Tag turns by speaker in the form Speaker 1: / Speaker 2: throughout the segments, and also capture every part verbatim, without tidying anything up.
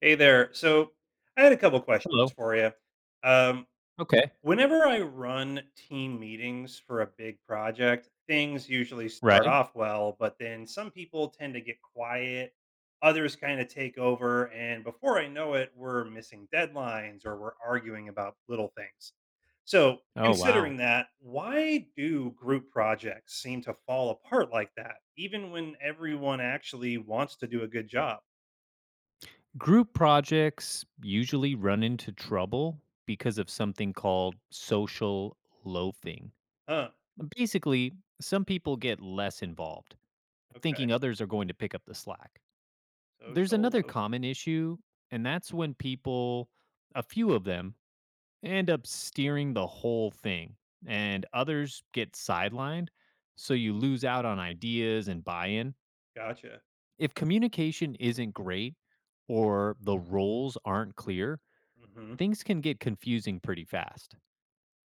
Speaker 1: Hey there. So I had a couple questions
Speaker 2: Hello.
Speaker 1: for you. Um,
Speaker 2: Okay.
Speaker 1: Whenever I run team meetings for a big project, things usually start
Speaker 2: Right.
Speaker 1: off well, but then some people tend to get quiet, others kind of take over, and before I know it, we're missing deadlines or we're arguing about little things. So,
Speaker 2: Oh, wow.
Speaker 1: considering that, why do group projects seem to fall apart like that, even when everyone actually wants to do a good job?
Speaker 2: Group projects usually run into trouble because of something called social loafing.
Speaker 1: Huh.
Speaker 2: Basically, some people get less involved,
Speaker 1: Okay.
Speaker 2: thinking others are going to pick up the slack. There's
Speaker 1: Social
Speaker 2: another
Speaker 1: loafing.
Speaker 2: common issue, and that's when people, a few of them, end up steering the whole thing, and others get sidelined. So you lose out on ideas and buy in.
Speaker 1: Gotcha.
Speaker 2: If communication isn't great or the roles aren't clear,
Speaker 1: Mhm.
Speaker 2: things can get confusing pretty fast.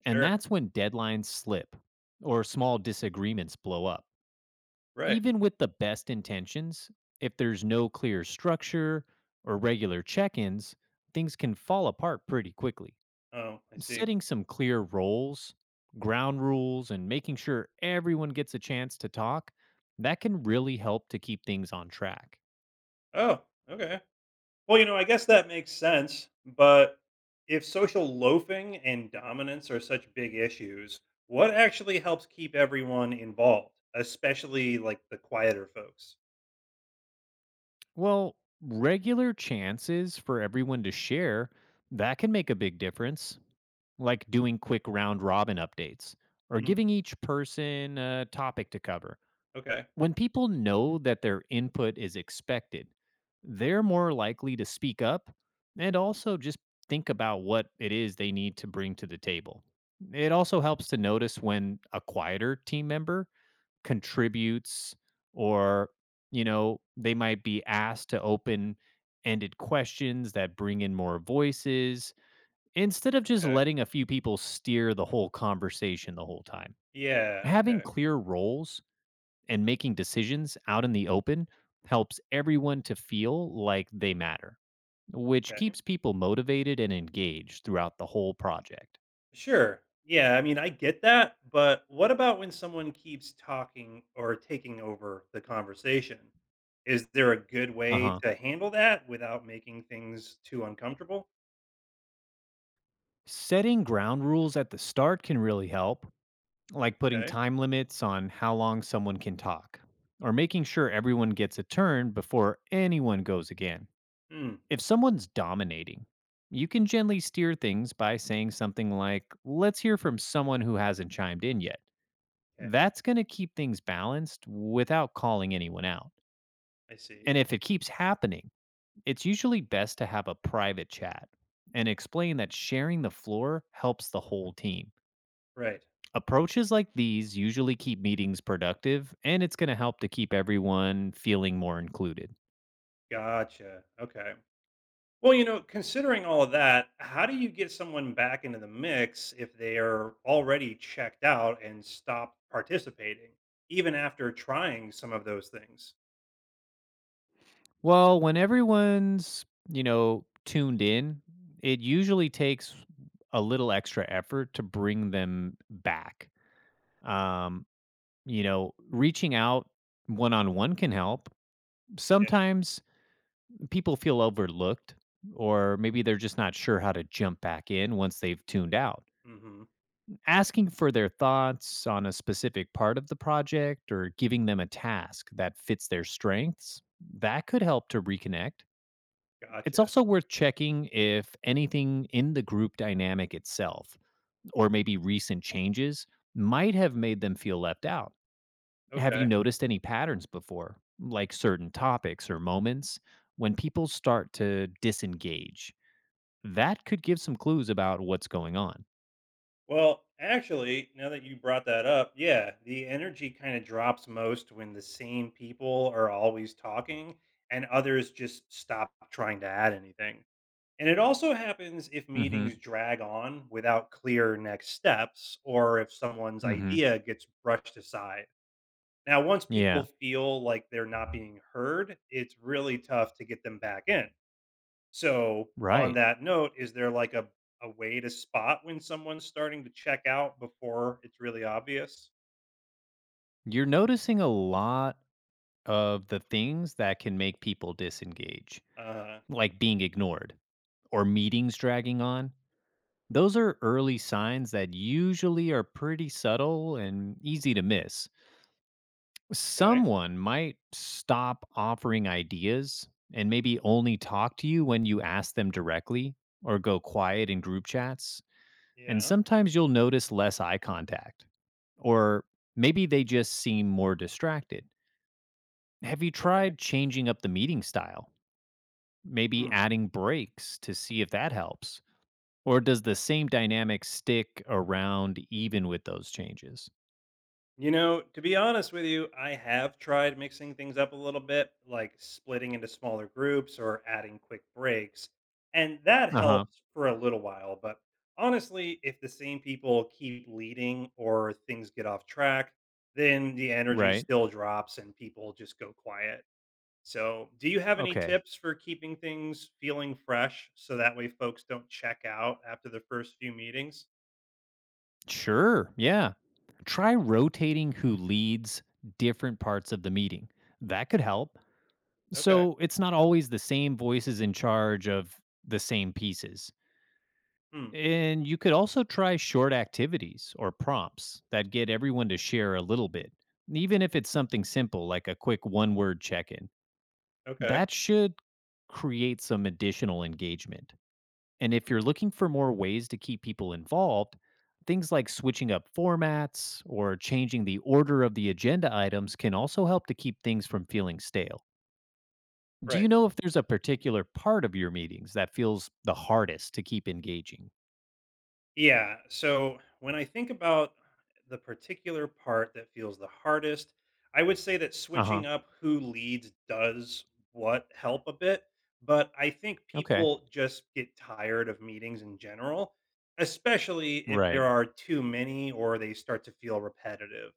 Speaker 2: And
Speaker 1: Sure.
Speaker 2: that's when deadlines slip or small disagreements blow up.
Speaker 1: Right.
Speaker 2: Even with the best intentions, if there's no clear structure or regular check ins, things can fall apart pretty quickly.
Speaker 1: Oh, I see.
Speaker 2: Setting some clear roles, ground rules, and making sure everyone gets a chance to talk, that can really help to keep things on track.
Speaker 1: Oh, okay. Well, you know, I guess that makes sense, but if social loafing and dominance are such big issues, what actually helps keep everyone involved, especially like the quieter folks?
Speaker 2: Well, regular chances for everyone to share, that can make a big difference, like doing quick round robin updates or
Speaker 1: Mm,
Speaker 2: giving each person a topic to cover.
Speaker 1: okay.
Speaker 2: When people know that their input is expected, they're more likely to speak up and also just think about what it is they need to bring to the table. It also helps to notice when a quieter team member contributes, or you know they might be asked to open ended questions that bring in more voices instead of just
Speaker 1: Okay.
Speaker 2: letting a few people steer the whole conversation the whole time.
Speaker 1: Yeah.
Speaker 2: Having
Speaker 1: Okay.
Speaker 2: clear roles and making decisions out in the open helps everyone to feel like they matter, which
Speaker 1: Okay.
Speaker 2: keeps people motivated and engaged throughout the whole project.
Speaker 1: Sure. Yeah, I mean, I get that, but what about when someone keeps talking or taking over the conversation? Is there a good way
Speaker 2: Uh-huh.
Speaker 1: to handle that without making things too uncomfortable?
Speaker 2: Setting ground rules at the start can really help, like putting
Speaker 1: Okay.
Speaker 2: time limits on how long someone can talk or making sure everyone gets a turn before anyone goes again.
Speaker 1: Hmm.
Speaker 2: If someone's dominating, you can gently steer things by saying something like, "Let's hear from someone who hasn't chimed in yet."
Speaker 1: Okay.
Speaker 2: That's going to keep things balanced without calling anyone out.
Speaker 1: I see.
Speaker 2: And if it keeps happening, it's usually best to have a private chat and explain that sharing the floor helps the whole team.
Speaker 1: Right.
Speaker 2: Approaches like these usually keep meetings productive, and it's going to help to keep everyone feeling more included.
Speaker 1: Gotcha. Okay. Well, you know, considering all of that, how do you get someone back into the mix if they are already checked out and stopped participating, even after trying some of those things?
Speaker 2: Well, when everyone's you know, tuned in, it usually takes a little extra effort to bring them back. Um, you know, reaching out one on one can help.
Speaker 1: Yeah.
Speaker 2: Sometimes people feel overlooked, or maybe they're just not sure how to jump back in once they've tuned out.
Speaker 1: Hmm.
Speaker 2: Asking for their thoughts on a specific part of the project or giving them a task that fits their strengths, that could help to reconnect. It's
Speaker 1: Gotcha.
Speaker 2: also worth checking if anything in the group dynamic itself, or maybe recent changes, might have made them feel left out. Have you
Speaker 1: Okay.
Speaker 2: noticed any patterns before, like certain topics or moments, when people start to disengage? That could give some clues about what's going on.
Speaker 1: Well, actually, now that you brought that up, yeah, the energy kind of drops most when the same people are always talking and others just stop trying to add anything. And it also happens if
Speaker 2: Mm hmm.
Speaker 1: meetings drag on without clear next steps or if someone's
Speaker 2: Mm hmm.
Speaker 1: idea gets brushed aside. Now, once people
Speaker 2: Yeah.
Speaker 1: feel like they're not being heard, it's really tough to get them back in. So, on
Speaker 2: Right.
Speaker 1: that note, is there like a a way to spot when someone's starting to check out before it's really obvious?
Speaker 2: You're noticing a lot of the things that can make people disengage,
Speaker 1: Uh,
Speaker 2: like being ignored or meetings dragging on. Those are early signs that usually are pretty subtle and easy to miss.
Speaker 1: okay.
Speaker 2: Someone might stop offering ideas and maybe only talk to you when you ask them directly or go quiet in group chats. And
Speaker 1: Yeah.
Speaker 2: sometimes you'll notice less eye contact, or maybe they just seem more distracted. Have you
Speaker 1: Okay.
Speaker 2: tried changing up the meeting style? Maybe
Speaker 1: Hmm.
Speaker 2: adding breaks to see if that helps? Or does the same dynamic stick around even with those changes?
Speaker 1: You know, to be honest with you, I have tried mixing things up a little bit, like splitting into smaller groups or adding quick breaks. And that
Speaker 2: Uh huh.
Speaker 1: helps for a little while. But honestly, if the same people keep leading or things get off track, then the energy
Speaker 2: Right.
Speaker 1: still drops and people just go quiet. So, do you have any
Speaker 2: Okay.
Speaker 1: tips for keeping things feeling fresh so that way folks don't check out after the first few meetings?
Speaker 2: Sure. Yeah. Try rotating who leads different parts of the meeting. That could help.
Speaker 1: Okay.
Speaker 2: So it's not always the same voices in charge of the same pieces.
Speaker 1: Hmm.
Speaker 2: And you could also try short activities or prompts that get everyone to share a little bit, even if it's something simple like a quick one word check in.
Speaker 1: Okay.
Speaker 2: That should create some additional engagement. And if you're looking for more ways to keep people involved, things like switching up formats or changing the order of the agenda items can also help to keep things from feeling stale. Do you
Speaker 1: Right.
Speaker 2: know if there's a particular part of your meetings that feels the hardest to keep engaging?
Speaker 1: Yeah. So, when I think about the particular part that feels the hardest, I would say that
Speaker 2: Uh huh.
Speaker 1: switching up who leads does what help a bit. But I think
Speaker 2: Okay.
Speaker 1: people just get tired of meetings in general, especially if there
Speaker 2: Right.
Speaker 1: are too many or they start to feel repetitive.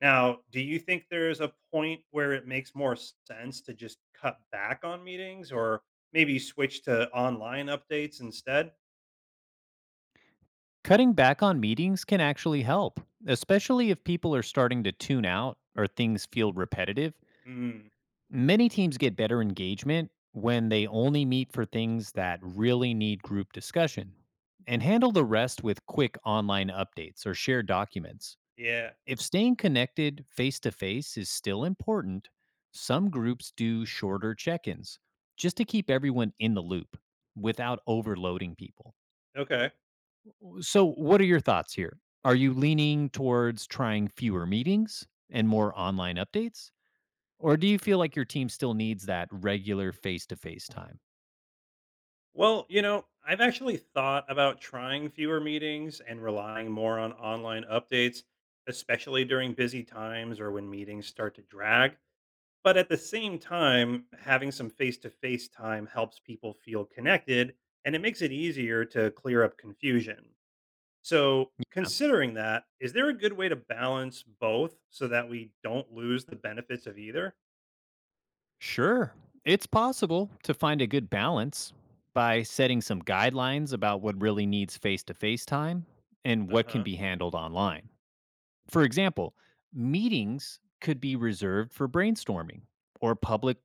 Speaker 1: Now, do you think there's a point where it makes more sense to just cut back on meetings or maybe switch to online updates instead?
Speaker 2: Cutting back on meetings can actually help, especially if people are starting to tune out or things feel repetitive.
Speaker 1: Mm,
Speaker 2: Many teams get better engagement when they only meet for things that really need group discussion and handle the rest with quick online updates or shared documents.
Speaker 1: yeah.
Speaker 2: If staying connected face to face is still important, some groups do shorter check ins just to keep everyone in the loop without overloading people.
Speaker 1: Okay.
Speaker 2: So, what are your thoughts here? Are you leaning towards trying fewer meetings and more online updates? Or do you feel like your team still needs that regular face to face time?
Speaker 1: Well, you know, I've actually thought about trying fewer meetings and relying more on online updates, especially during busy times or when meetings start to drag. But at the same time, having some face to face time helps people feel connected and it makes it easier to clear up confusion. So,
Speaker 2: Yeah.
Speaker 1: considering that, is there a good way to balance both so that we don't lose the benefits of either?
Speaker 2: Sure. It's possible to find a good balance by setting some guidelines about what really needs face to face time and what can
Speaker 1: Uh-huh.
Speaker 2: be handled online. For example, meetings could be reserved for brainstorming or public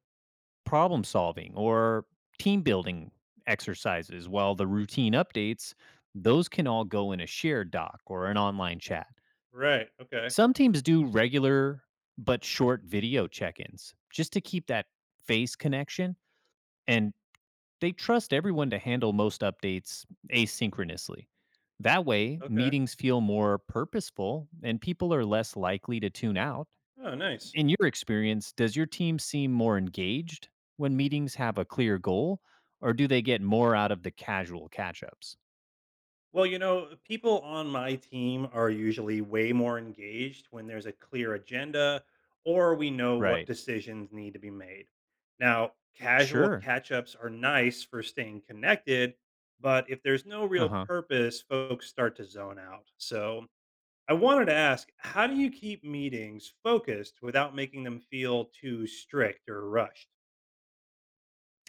Speaker 2: problem solving or team building exercises, while the routine updates, those can all go in a shared doc or an online chat.
Speaker 1: Right. Okay.
Speaker 2: Some teams do regular but short video check ins just to keep that face connection, and they trust everyone to handle most updates asynchronously. That way,
Speaker 1: Okay.
Speaker 2: meetings feel more purposeful and people are less likely to tune out.
Speaker 1: Oh, nice.
Speaker 2: In your experience, does your team seem more engaged when meetings have a clear goal, or do they get more out of the casual catch ups?
Speaker 1: Well, you know, people on my team are usually way more engaged when there's a clear agenda or we know what
Speaker 2: Right.
Speaker 1: decisions need to be made. Now, casual
Speaker 2: Sure.
Speaker 1: catch ups are nice for staying connected, but if there's no
Speaker 2: Uh
Speaker 1: real
Speaker 2: huh.
Speaker 1: purpose, folks start to zone out. So, I wanted to ask, how do you keep meetings focused without making them feel too strict or rushed?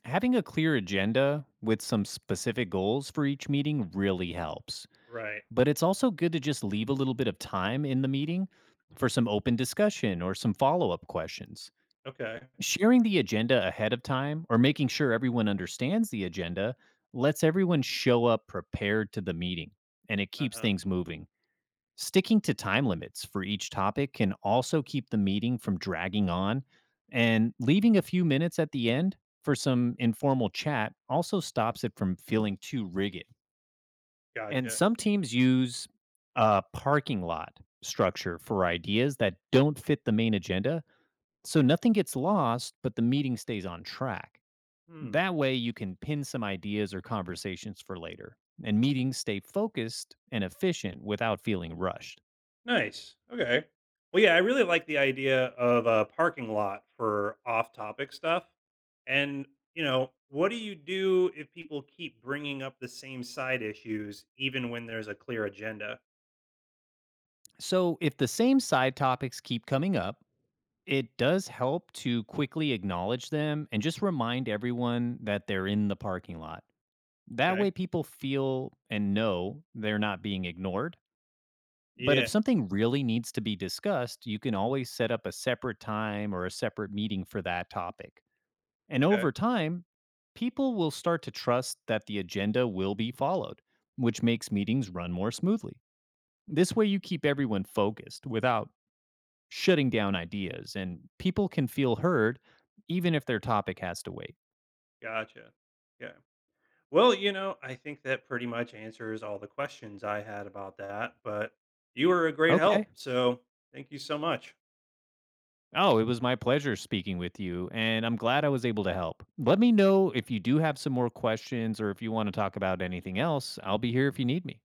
Speaker 2: Having a clear agenda with some specific goals for each meeting really helps.
Speaker 1: Right.
Speaker 2: But it's also good to just leave a little bit of time in the meeting for some open discussion or some follow up questions.
Speaker 1: Okay.
Speaker 2: Sharing the agenda ahead of time or making sure everyone understands the agenda lets everyone show up prepared to the meeting, and it
Speaker 1: Uh
Speaker 2: keeps
Speaker 1: huh.
Speaker 2: things moving. Sticking to time limits for each topic can also keep the meeting from dragging on, and leaving a few minutes at the end for some informal chat also stops it from feeling too rigid. And
Speaker 1: Gotcha.
Speaker 2: some teams use a parking lot structure for ideas that don't fit the main agenda so nothing gets lost, but the meeting stays on track.
Speaker 1: Hmm.
Speaker 2: That way, you can pin some ideas or conversations for later, and meetings stay focused and efficient without feeling rushed.
Speaker 1: Nice. Okay. Well, yeah, I really like the idea of a parking lot for off topic stuff. And, you know, what do you do if people keep bringing up the same side issues, even when there's a clear agenda?
Speaker 2: So, if the same side topics keep coming up, it does help to quickly acknowledge them and just remind everyone that they're in the parking lot. That
Speaker 1: Okay.
Speaker 2: way, people feel and know they're not being ignored. But if
Speaker 1: Yeah.
Speaker 2: something really needs to be discussed, you can always set up a separate time or a separate meeting for that topic. And
Speaker 1: Okay.
Speaker 2: over time, people will start to trust that the agenda will be followed, which makes meetings run more smoothly. This way, you keep everyone focused without shutting down ideas, and people can feel heard even if their topic has to wait.
Speaker 1: Gotcha. Yeah. Well, you know, I think that pretty much answers all the questions I had about that, but you were a great
Speaker 2: Okay.
Speaker 1: help. So thank you so much.
Speaker 2: Oh, it was my pleasure speaking with you, and I'm glad I was able to help. Let me know if you do have some more questions or if you want to talk about anything else. I'll be here if you need me.